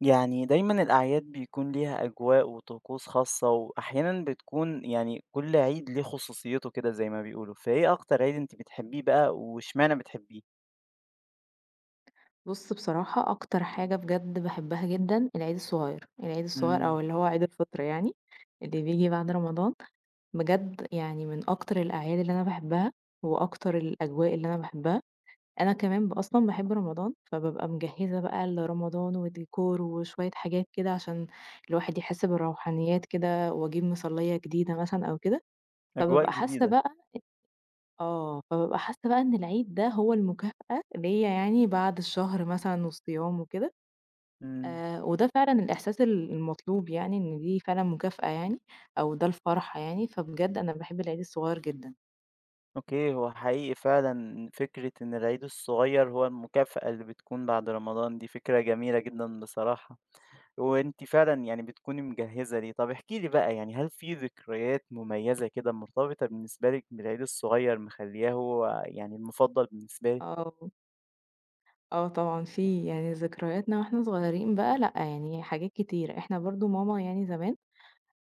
يعني دايمًا الأعياد بيكون ليها أجواء وطقوس خاصة، وأحيانًا بتكون يعني كل عيد ليه خصوصيته كده زي ما بيقولوا، فإيه أكتر عيد أنتِ بتحبيه بقى واشمعنى بتحبيه؟ بُص بصراحة أكتر حاجة بجد باحبها جدًا العيد الصغير، العيد الصغير إمم، أو اللي هو عيد الفطر يعني، اللي بييجي بعد رمضان، بجد يعني من أكتر الأعياد اللي أنا باحبها، وأكتر الأجواء اللي أنا باحبها، أنا كمان أصلًا باحب رمضان، فبابقى مجهزة بقى لرمضان وديكور وشوية حاجات كده عشان الواحد يحس بالروحانيات كده، وأجيب مصلية جديدة مثلًا أو كده، أجواء فبابقى حاسة جديدة، بقى فبابقى حاسة بقى إن العيد ده هو المكافأة ليّا يعني بعد الشهر مثلًا والصيام وكده. إمم. وده فعلًا الإحساس المطلوب يعني، إن دي فعلًا مكافأة يعني، أو ده الفرحة يعني، فبجد أنا باحب العيد الصغير جدًا. أوكي، هو حقيقي فعلًا فكرة إن العيد الصغير هو المكافأة اللي بتكون بعد رمضان دي فكرة جميلة جدًا بصراحة. وأنتِ فعلًا يعني بتكوني مجهّزة ليه. طب احكي لي بقى يعني هل في ذكريات مميزة كده مرتبطة بالنسبة لِك بالعيد الصغير مخلّياه هو يعني المفضل بالنسبة لِك؟ آه، آه طبعًا في يعني ذكرياتنا وإحنا صغيرين بقى لأ، يعني حاجات كتير، إحنا برضه ماما يعني زمان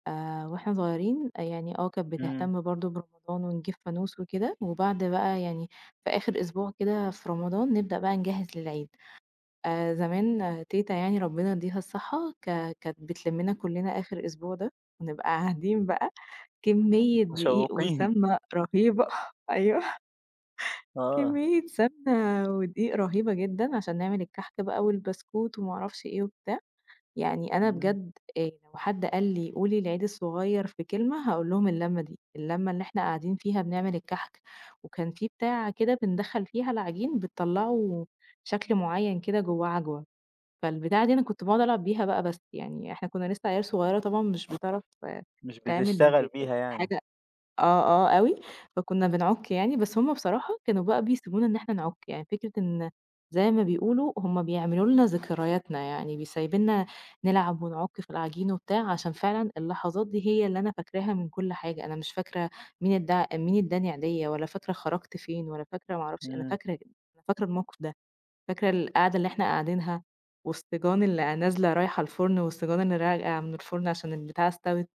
وإحنا صغيرين يعني كانت إمم. بتهتم برضه برمضان ونجيب فانوس وكده، وبعد بقى يعني في آخر أسبوع كده في رمضان نبدأ بقى نجهّز للعيد. زمان تيتة يعني ربنا يديها الصحة كانت بتلمّنا كلنا آخر أسبوع ده، ونبقى قاعدين بقى كمية دقيق متشوّقين. وسمنة رهيبة أيوه، آه. كمية سمنة ودقيق رهيبة جدًا عشان نعمل الكحك بقى والبسكوت وما أعرفش إيه وبتاع، يعني أنا إمم. بجد لو حد قال لي قولي العيد الصغير في كلمة هاقول لهم اللمة دي، اللمة اللي إحنا قاعدين فيها بنعمل الكحك، وكان في بتاعة كده بندخّل فيها العجين بتطلعه شكل معين كده جواه عجوة، فالبتاعة دي أنا كنت باقعد ألعب بيها بقى بس، يعني إحنا كنا لسه عيال صغيرة طبعًا مش بتعرف مش تعمل بتشتغل بيها يعني. حاجة آه، آه، أوي، فكنا بنعُك يعني، بس هُم بصراحة كانوا بقى بيسيبونا إن إحنا نعُك، يعني فكرة إن زي ما بيقولوا هُم بيعملوا لنا ذكرياتنا، يعني سايبيننا نلعب ونعُك في العجين وبتاع، عشان فعلًا اللحظات دي هي اللي أنا فاكراها من كل حاجة، أنا مش فاكرة مين ادّاني عيدية ولا فاكرة خرجت فين ولا فاكرة ما أعرفش إمم. أنا فاكرة الموقف ده، فاكرة القعدة اللي إحنا قاعدينها والسِّجان اللي نازلة رايحة الفُرن والسِّجان اللي راجعة من الفُرن عشان البتاعة استوِت.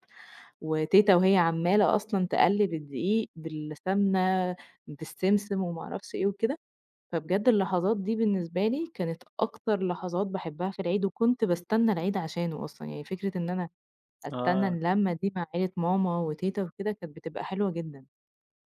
وتيتة وهي عمّالة أصلًا تقلّب الدقيق بالسمنة، بالسمسم وما أعرفش إيه وكده، فبجد اللحظات دي بالنسبة لي كانت أكتر لحظات باحبها في العيد، وكنت باستنى العيد عشانه أصلًا، يعني فكرة إن أنا أستنى آه. اللمة دي مع عيلة ماما وتيتة وكده كانت بتبقى حلوة جدًا.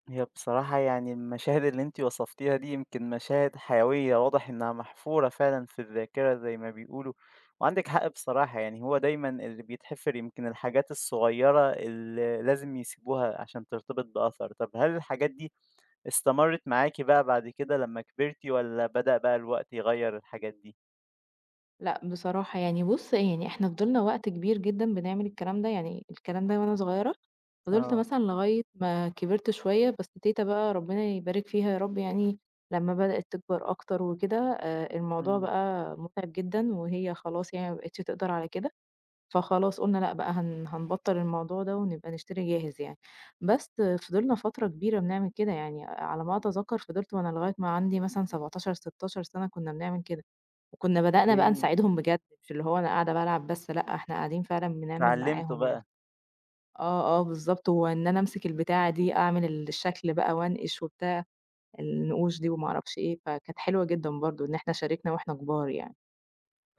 هي بصراحة يعني المشاهد اللي انتي وصفتيها دي يمكن مشاهد حيوية واضح انها محفورة فعلا في الذاكرة زي ما بيقولوا، وعندك حق بصراحة، يعني هو دايما اللي بيتحفر يمكن الحاجات الصغيرة اللي لازم يسيبوها عشان ترتبط بأثر. طب هل الحاجات دي استمرت معاكي بقى بعد كده لما كبرتي ولا بدأ بقى الوقت يغير الحاجات دي؟ لأ، بصراحة يعني بُص، يعني إحنا فضلنا وقت كبير جدًا بنعمل الكلام ده، يعني الكلام ده وأنا صغيرة، فضلت اه. مثلًا لغاية ما كبرت شوية، بس تيتة بقى ربنا يبارك فيها يا رب يعني لمّا بدأت تكبر أكتر وكده، الموضوع امم. بقى مُتعب جدًا وهي خلاص يعني ما بقِتش تقدر على كده، فخلاص قُلنا لأ بقى هنبطّل الموضوع ده ونبقى نشتري جاهز يعني، بس فضلنا فترة كبيرة بنعمل كده، يعني على ما أتذكّر فضلت وأنا لغاية ما عندي مثلًا 17، 16 سَنة كُنّا بنعمل كده. وكنا بدأنا بقى اوكي. نساعدهم بجد، مش اللي هو أنا قاعدة بالعب بس لأ، إحنا قاعدين فعلًا بنعمل اتعلمته معاهم يعني. بقى. آه، آه بالضبط، وإن أنا أمسك البتاعة دي أعمل الشكل بقى وأنقش وبتاع، النقوش دي وما أعرفش إيه، فكانت حلوة جدًا برضه إن إحنا شاركنا وإحنا كبار يعني.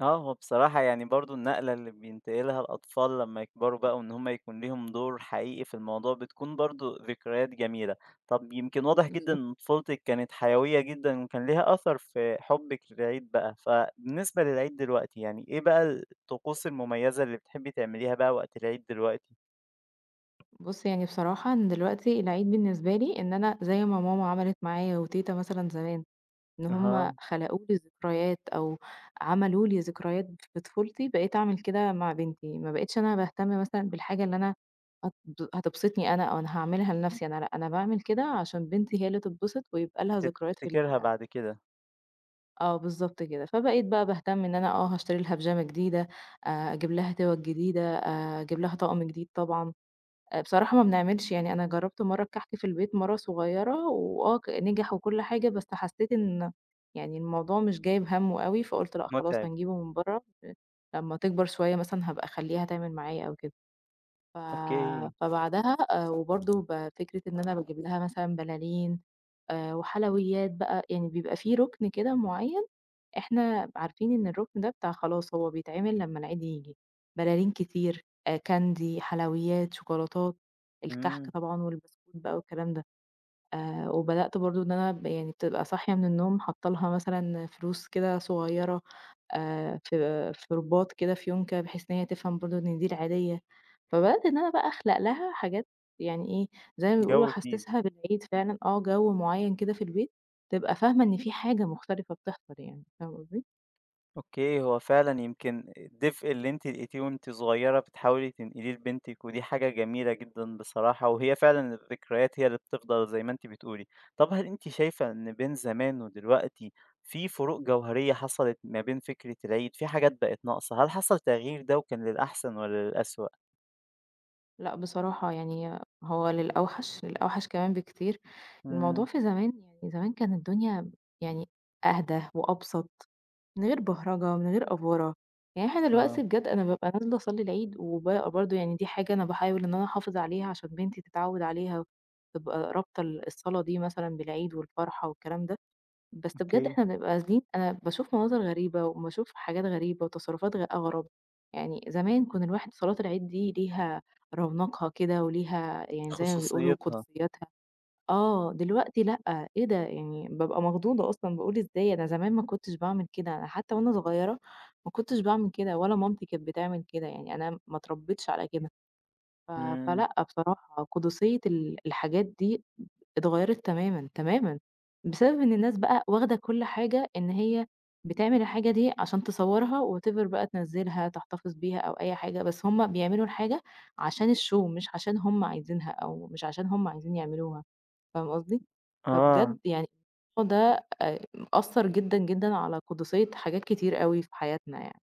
آه، هو بصراحة يعني برضه النقلة اللي بينتقلها الأطفال لمّا يكبروا بقى وإن هم يكون ليهم دور حقيقي في الموضوع، بتكون برضه ذكريات جميلة. طب يمكن واضح جدًا بالضبط. إن طفولتِك كانت حيوية جدًا وكان ليها أثر في حُبِّك للعيد بقى، فبالنسبة للعيد دلوقتي، يعني إيه بقى الطقوس المميزة اللي بتحبي تعمليها بقى وقت العيد دلوقتي؟ بُص يعني بصراحة أنا دلوقتي العيد بالنسبة لي إن أنا زي ما ماما عملت معايا وتيتة مثلًا زمان. إن هم أها، خلقوا لي ذكريات أو عملوا لي ذكريات في طفولتي، بقيت أعمل كده مع بنتي، ما بقيتش أنا باهتم مثلًا بالحاجة اللي أنا هت هتبسطني أنا أو أنا هاعملها لنفسي أنا، لأ أنا باعمل كده عشان بنتي هي اللي تتبسط ويبقى لها ذكريات في تفتكرها ال بعد كده، آه بالضبط كده، فبقيت بقى باهتم إن أنا هاشتري لها بيجامة جديدة، أجيب لها توَّج جديدة، أجيب لها طقم جديد طبعًا. بصراحة ما بنعملش يعني أنا جرّبت مرّة الكحك في البيت مرّة صغيرة وآه ك نجح وكل حاجة، بس حسّيت إن يعني الموضوع مش جايب هَمّه أوي، فقُلت لأ خلاص مُتعِب، هنجيبه من برّه لمّا تكبر شوية مثلًا هابقى أخلّيها تعمل معايا أو كده. ف أوكي، فبعدها وبرضه فكرة إن أنا باجيب لها مثلًا بلالين وحلويات بقى، يعني بيبقى في رُكن كده معيّن إحنا عارفين إن الرُكن ده بتاع خلاص هو بيتعمل لمّا العيد ييجي، بلالين كتير، كاندي، حلويات، شوكولاتات، الكحك إمم، طبعًا والبسكوت بقى والكلام ده. وبدأت برضه إن أنا يعني بتبقى صاحية من النوم حاطة لها مثلًا فلوس كده صغيّرة في رُباط كده في يونكة، بحيث إن هي تفهم برضه إن دي العيدية. فبدأت إن أنا بقى أخلق لها حاجات يعني إيه، زي ما بيقولوا جو جديد. أحسّسها بالعيد فعلًا، جو معيّن كده في البيت، تبقى فاهمة إن في حاجة مختلفة بتحصل يعني، فاهم قصدي؟ أوكي، هو فعلًا يمكن الدفء اللي أنتِ لقيتيه وأنتِ صغيرة بتحاولي تنقليه لبنتِك، ودي حاجة جميلة جدًا بصراحة، وهي فعلًا الذكريات هي اللي بتفضل زي ما أنتِ بتقولي. طب هل أنتِ شايفة إن بين زمان ودلوقتي في فروق جوهرية حصلت ما بين فكرة العيد، في حاجات بقت ناقصة، هل حصل تغيير ده وكان للأحسن والّا للأسوأ؟ لأ بصراحة يعني هو للأوحش، للأوحش كمان بكتير. الموضوع إمم، في زمان يعني زمان كان الدنيا يعني أهدى وأبسط. من غير بهرجة، من غير أفورة، يعني إحنا آه، دلوقتي بجد أنا بابقى نازلة أصلّي العيد وبابقى برضه يعني دي حاجة أنا باحاول إن أنا أحافظ عليها عشان بنتي تتعوّد عليها، تبقى رابطة الصلاة دي مثلًا بالعيد والفرحة والكلام ده، بس بجد أوكي، إحنا بنبقى نازلين أنا باشوف مناظر غريبة وباشوف حاجات غريبة وتصرُّفات أغرب، يعني زمان كان الواحد صلاة العيد دي ليها رونقها كده وليها يعني زي ما بيقولوا خصوصيتها، قُدسيّاتها. آه، دلوقتي لأ، إيه ده! يعني بابقى مخضوضة أصلًا، باقول إزاي أنا زمان ما كنتش باعمل كده، أنا حتى وأنا صغيرة ما كنتش باعمل كده ولا مامتي كانت بتعمل كده، يعني أنا ما اتربيتش على كده، ف إمم، فلأ بصراحة قدسية الحاجات دي اتغيّرت تمامًا، تمامًا، بسبب إن الناس بقى واخدة كل حاجة إن هي بتعمل الحاجة دي عشان تصوّرها whatever بقى تنزّلها، تحتفظ بيها أو أي حاجة، بس هم بيعملوا الحاجة عشان الshow مش عشان هم عايزينها أو مش عشان هم عايزين يعملوها، فاهم قصدي؟ آه. فبجد يعني الموضوع ده مأثّر جدًا، جدًا على قُدسيّة حاجات كتير أوي في حياتنا يعني.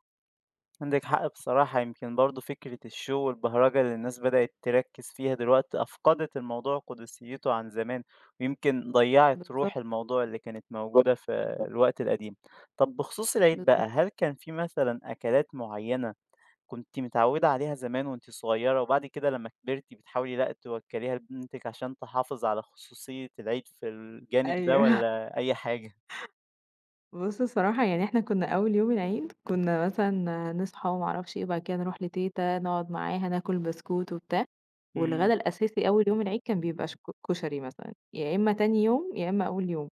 عندِك حق بصراحة، يمكن برضه فكرة الshow والبهرجة اللي الناس بدأت تركّز فيها دلوقتي أفقدت الموضوع قدسيته عن زمان، ويمكن ضيّعت بالضبط، روح الموضوع اللي كانت موجودة في الوقت القديم. طب بخصوص العيد بقى، بالضبط. هل كان في مثلًا أكلات معيّنة كنتِ متعوّدة عليها زمان وأنتِ صغيرة وبعد كده لمّا كبرتِ بتحاولي لأ توكّليها لبنتِك عشان تحافظ على خصوصية العيد في الجانب ده أيوه. والّا أي حاجة؟ بُص الصراحة يعني إحنا كُنّا أول يوم العيد كُنّا مثلًا نصحى وما أعرفش إيه، وبعد كده نروح لتيتة نقعد معاها ناكل بسكوت وبتاع، إمم. والغدا الأساسي أول يوم العيد كان بيبقى ش ك كشري مثلًا، يا إمّا تاني يوم، يا إمّا أول يوم،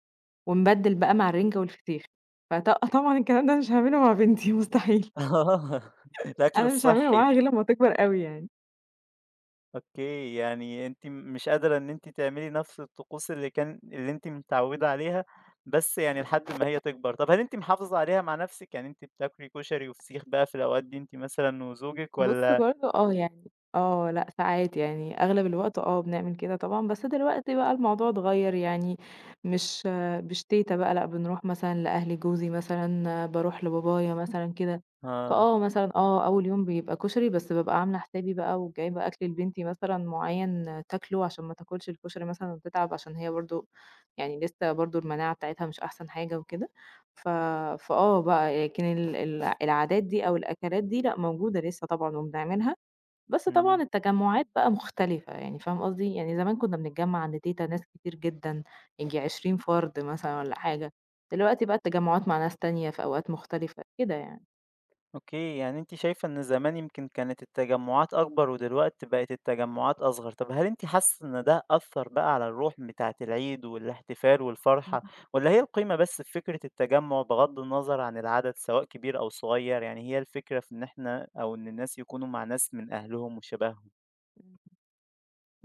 ونبدِّل بقى مع الرِنجة والفسيخ. فط طبعًا الكلام ده أنا مش هاعمله مع بنتي مستحيل، آه، الأكل أنا مش هاعمله الصحّي. معاها غير لمّا تكبر أوي يعني. أوكي، يعني أنتِ مش قادرة إن أنتِ تعملي نفس الطقوس اللي أنتِ متعودة عليها، بس يعني لحد ما هي تكبر. طب هل أنتِ محافظة عليها مع نفسِك؟ يعني أنتِ بتاكلي كشري وفسيخ بقى في الأوقات دي أنتِ مثلًا وزوجِك بُص والّا برضه يعني لأ ساعات يعني أغلب الوقت بنعمل كده طبعًا، بس دلوقتي بقى الموضوع اتغيّر يعني مش مش تيتة بقى لأ، بنروح مثلًا لأهل جوزي مثلًا، باروح لبابايا مثلًا كده، آه. مثلًا أول يوم بيبقى كشري بس بابقى عاملة حسابي بقى وجايبة أكل لبنتي مثلًا معيّن تاكله عشان ما تاكلش الكشري مثلًا وتتعب عشان هي برضه يعني لسه برضه المناعة بتاعتها مش أحسن حاجة وكده. ف فآه بقى، لكن ال العادات دي أو الأكلات دي لأ موجودة لسه طبعًا وبنعملها، بس إمم. طبعًا التجمُّعات بقى مختلفة، يعني فاهم قصدي؟ يعني زمان كُنّا بنتجمّع عند تيتة ناس كتير جدًا، ييجي 20 فرد مثلًا والّا حاجة، دلوقتي بقى التجمُّعات مع ناس تانية في أوقات مختلفة، كده يعني. أوكي، يعني أنتِ شايفة إن زمان يمكن كانت التجمعات أكبر ودلوقتي بقت التجمعات أصغر، طب هل أنتِ حاسة إن ده أثّر بقى على الروح بتاعة العيد والاحتفال إمم، والفرحة، والّا هي القيمة بس في فكرة التجمع بغض النظر عن العدد سواء كبير أو صغير، يعني هي الفكرة في إن إحنا أو إن الناس يكونوا مع ناس من أهلهم وشبههم؟ إمم.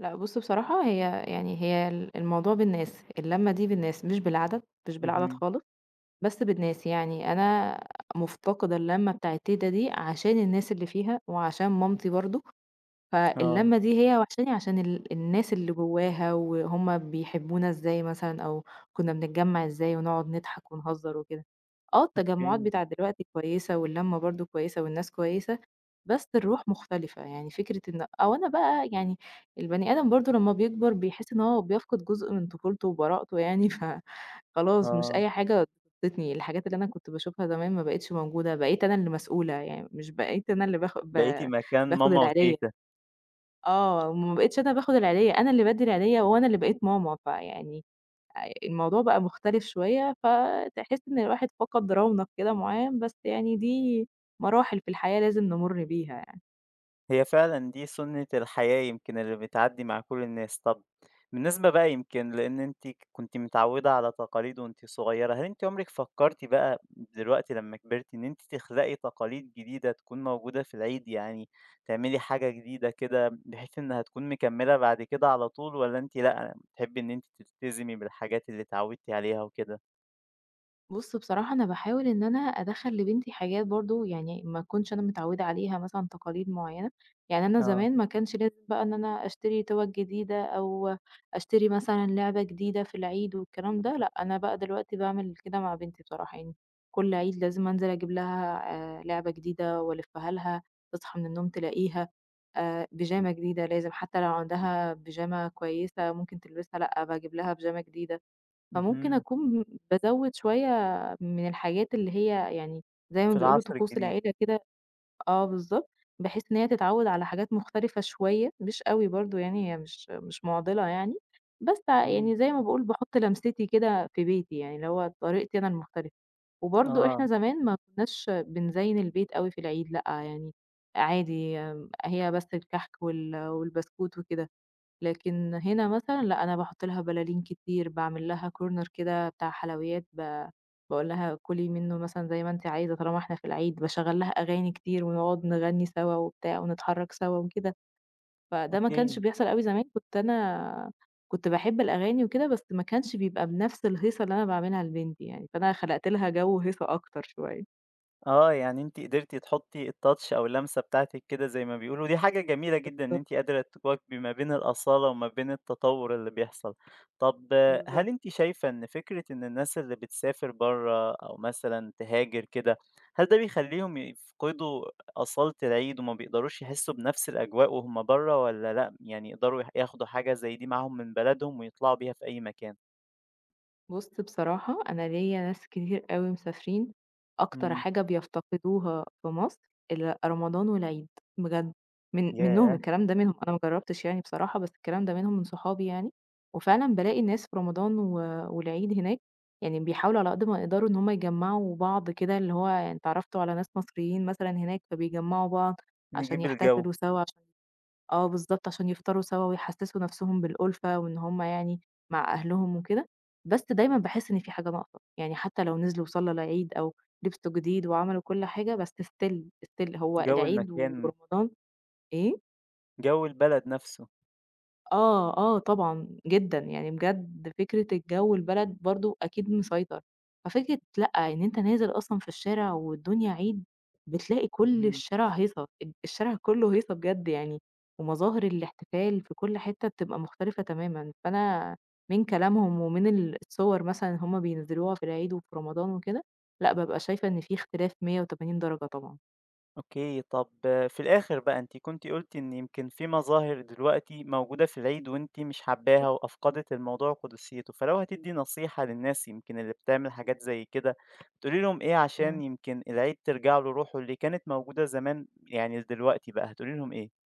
لأ بُص بصراحة يعني هي الموضوع بالناس، اللمّة دي بالناس مش بالعدد، مش بالعدد اهم، خالص. بس بالناس، يعني أنا مُفتقدة اللمّة بتاع التيتة دي عشان الناس اللي فيها وعشان مامتي برضه، آه، فاللمّة دي هي وحشاني عشان الناس اللي جواها، وهُم بيحبونا إزاي مثلًا، أو كنا بنتجمّع إزاي ونقعد نضحك ونهزر وكده. آه، التجمعات أوكي، بتاعة دلوقتي كويسة، واللمّة برضه كويسة، والناس كويسة، بس الروح مختلفة، يعني فكرة إن أو أنا بقى يعني البني آدم برضه لمّا بيكبر بيحس إن هو بيفقد جزء من طفولته وبراءته يعني، فخلاص مش آه، أي حاجة تبسطني، الحاجات اللي أنا كنت باشوفها زمان ما بقِتش موجودة، بقيت أنا اللي مسؤولة، يعني مش بقيت أنا اللي بقيتِ مكان باخد ماما وتيتة. العيدية. آه، ما بقيتش أنا باخد العيدية، أنا اللي بادّي العيدية وأنا اللي بقيت ماما، فيعني الموضوع بقى مختلف شوية، فتحس إن الواحد فقد رونق كده معيّن، بس يعني دي مراحل في الحياة لازم نمُر بيها. هي فعلًا دي سُنّة الحياة يمكن اللي بتعدّي مع كل الناس. طَب بالنسبة بقى يمكن لإن أنتِ كنتِ متعوّدة على تقاليد وأنتِ صغيّرة، هل أنتِ عمرِك فكّرتِ بقى دلوقتي لمّا كبرتِ إن أنتِ تخلقي تقاليد جديدة تكون موجودة في العيد، يعني تعملي حاجة جديدة كده بحيث إنها تكون مكمّلة بعد كده على طول والّا أنتِ لأ، بتحبّي إن أنتِ تلتزمي بالحاجات اللي اتعوّدتِ عليها وكده؟ بُص بصراحة أنا باحاول إن أنا أدخّل لبنتي حاجات برضه يعني ما أكونش أنا متعودة عليها مثلًا تقاليد معيّنة، يعني أنا آه. زمان ما كانش لازم بقى إن أنا أشتري تُوَج جديدة أو أشتري مثلًا لعبة جديدة في العيد والكلام ده، لأ أنا بقى دلوقتي باعمل كده مع بنتي بصراحة، يعني كل عيد لازم أنزل أجيب لها لعبة جديدة وألفّها لها، تصحى من النوم تلاقيها، بيجامة جديدة لازم حتى لو عندها بيجامة كويسة ممكن تلبسها لأ باجيب لها بيجامة جديدة. فممكن اهم. أكون بازوّد شوية من الحاجات اللي هي يعني زي ما في بيقولوا العصر طقوس الجديد. العيلة كده آه بالضبط، بحيث إن هي تتعوّد على حاجات مختلفة شوية، مش أوي برضه يعني هي مش مُعضلة يعني، بس إمم. يعني زي ما باقول باحُط لمستي كده في بيتي يعني، اللي هو طريقتي أنا المختلفة. وبرضه إحنا آه، زمان ما كناش بنزيّن البيت أوي في العيد لأ، يعني عادي هي بس الكحك والبسكوت وكده. لكن هنا مثلًا لأ، أنا باحُط لها بلالين كتير، باعمل لها corner كده بتاع حلويات، باقول لها كُلي منه مثلًا زي ما أنتِ عايزة طالما إحنا في العيد، باشغّل لها أغاني كتير ونقعد نغني سوا وبتاع ونتحرّك سوا وكده، فده ما أوكي. كانش بيحصل أوي زمان، كنت باحب الأغاني وكده، بس ما كانش بيبقى بنفس الهيصة اللي أنا باعملها لبنتي يعني، فأنا خلقت لها جو هيصة أكتر شوية. آه، يعني أنتِ قدرتِ تحطّي الtouch أو اللمسة بتاعتِك كده زي ما بيقولوا، ودي حاجة جميلة جدًا إن بالضبط، أنتِ قادرة تواكبي ما بين الأصالة وما بين التطوّر اللي بيحصل. طب آه، هل بالضبط. أنتِ شايفة إن فكرة إن الناس اللي بتسافر برّه أو مثلًا تهاجر كده، هل ده بيخلّيهم يفقدوا أصالة العيد وما بيقدروش يحسّوا بنفس الأجواء وهُم برّه والّا لأ، يعني يقدروا ياخدوا حاجة زي دي معاهم من بلدهم ويطلعوا بيها في أي مكان؟ بُص بصراحة أنا ليّا ناس كتير أوي مسافرين، أكتر إمم، حاجة بيفتقدوها في مصر رمضان والعيد بجد، منّهم ياه! الكلام ده منهم، أنا ما جرّبتش يعني بصراحة بس الكلام ده منهم من صحابي يعني، وفعلًا بالاقي الناس في رمضان والعيد هناك يعني بيحاولوا على قد ما يقدروا إن هُم يجمّعوا بعض كده، اللي هو يعني اتعرّفتوا على ناس مصريين مثلًا هناك فبيجمّعوا بعض عشان نجيب الجَو، يحتفلوا سوا آه بالضبط، عشان يفطروا سوا ويحسّسوا نَفْسهم بالأُلفة وإن هم يعني مع أهلهم وكده، بس دايمًا باحس إن في حاجة ناقصة، يعني حتى لو نزلوا وصلّوا العيد أو لبسوا جديد وعملوا كل حاجة، بس still هو جَو العيد المكان، ورمضان إيه؟ جَو البلد نفسه. آه، آه طبعًا، جدًا، يعني بجد فكرة الجو البلد برضه أكيد مسيطر، ففكرة لأ، إن أنت نازل أصلًا في الشارع والدنيا عيد، بتلاقي كل اهم. الشارع هيصة، الشارع كله هيصة بجد يعني، ومظاهر الاحتفال في كل حتة بتبقى مختلفة تمامًا، فأنا من كلامهم ومن الصور مثلًا اللي هُم بينزلوها في العيد وفي رمضان وكده، لأ، بابقى شايفة إن في اختلاف 180 درجة طبعًا. أوكي، طب في الآخر بقى أنتِ كنتِ قُلتِ إن يمكن في مظاهر دلوقتي موجودة في العيد وأنتِ مش حاباها وأفقدت الموضوع قدسيته، فلو هتدّي نصيحة للناس يمكن اللي بتعمل حاجات زي كده، تقولي لهم إيه إمم. عشان يمكن العيد ترجع له روحه اللي كانت موجودة زمان يعني لدلوقتي بقى، هتقولي لهم إيه؟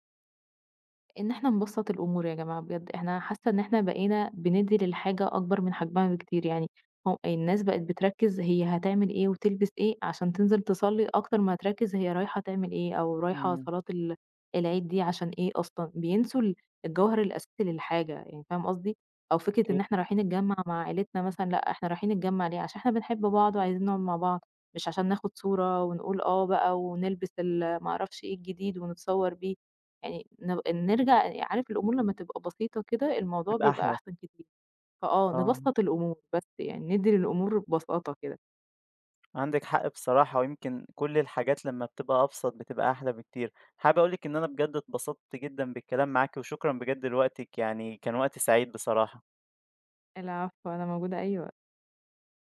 إن إحنا نبسّط الأمور يا جماعة بجد، إحنا حاسة إن إحنا بقينا بندّي للحاجة أكبر من حجمها بكتير، يعني هو الناس بقت بتركّز هي هتعمل إيه وتلبس إيه عشان تنزل تصلّي أكتر ما هتركّز هي رايحة تعمل إيه، أو رايحة إمم، صلاة العيد دي عشان إيه أصلًا، بينسوا الجوهر الأساسي للحاجة يعني فاهم قصدي؟ أو فكرة أوكي، إن إحنا رايحين نتجمّع مع عيلتنا مثلًا، لأ إحنا رايحين نتجمّع ليه؟ عشان إحنا بنحب بعض وعايزين نقعد مع بعض، مش عشان ناخد صورة ونقول آه بقى ونلبس ما أعرفش إيه الجديد ونتصوّر بيه، يعني نرجع يعني عارف الأمور لمّا تبقى بسيطة كده، الموضوع تبقى بيبقى أحلى، أحسن كتير، آه. نبسّط الأمور بس يعني ندّي للأمور بساطة كده. عندِك حق بصراحة، ويمكن كل الحاجات لمّا بتبقى أبسط بتبقى أحلى بكتير. حابب أقول لِك إن أنا بجد اتبسطت جدًا بالكلام معاكِ، وشكرًا بجد لوقتِك، يعني كان وقت سعيد بصراحة. العفو، أنا موجودة أيوه.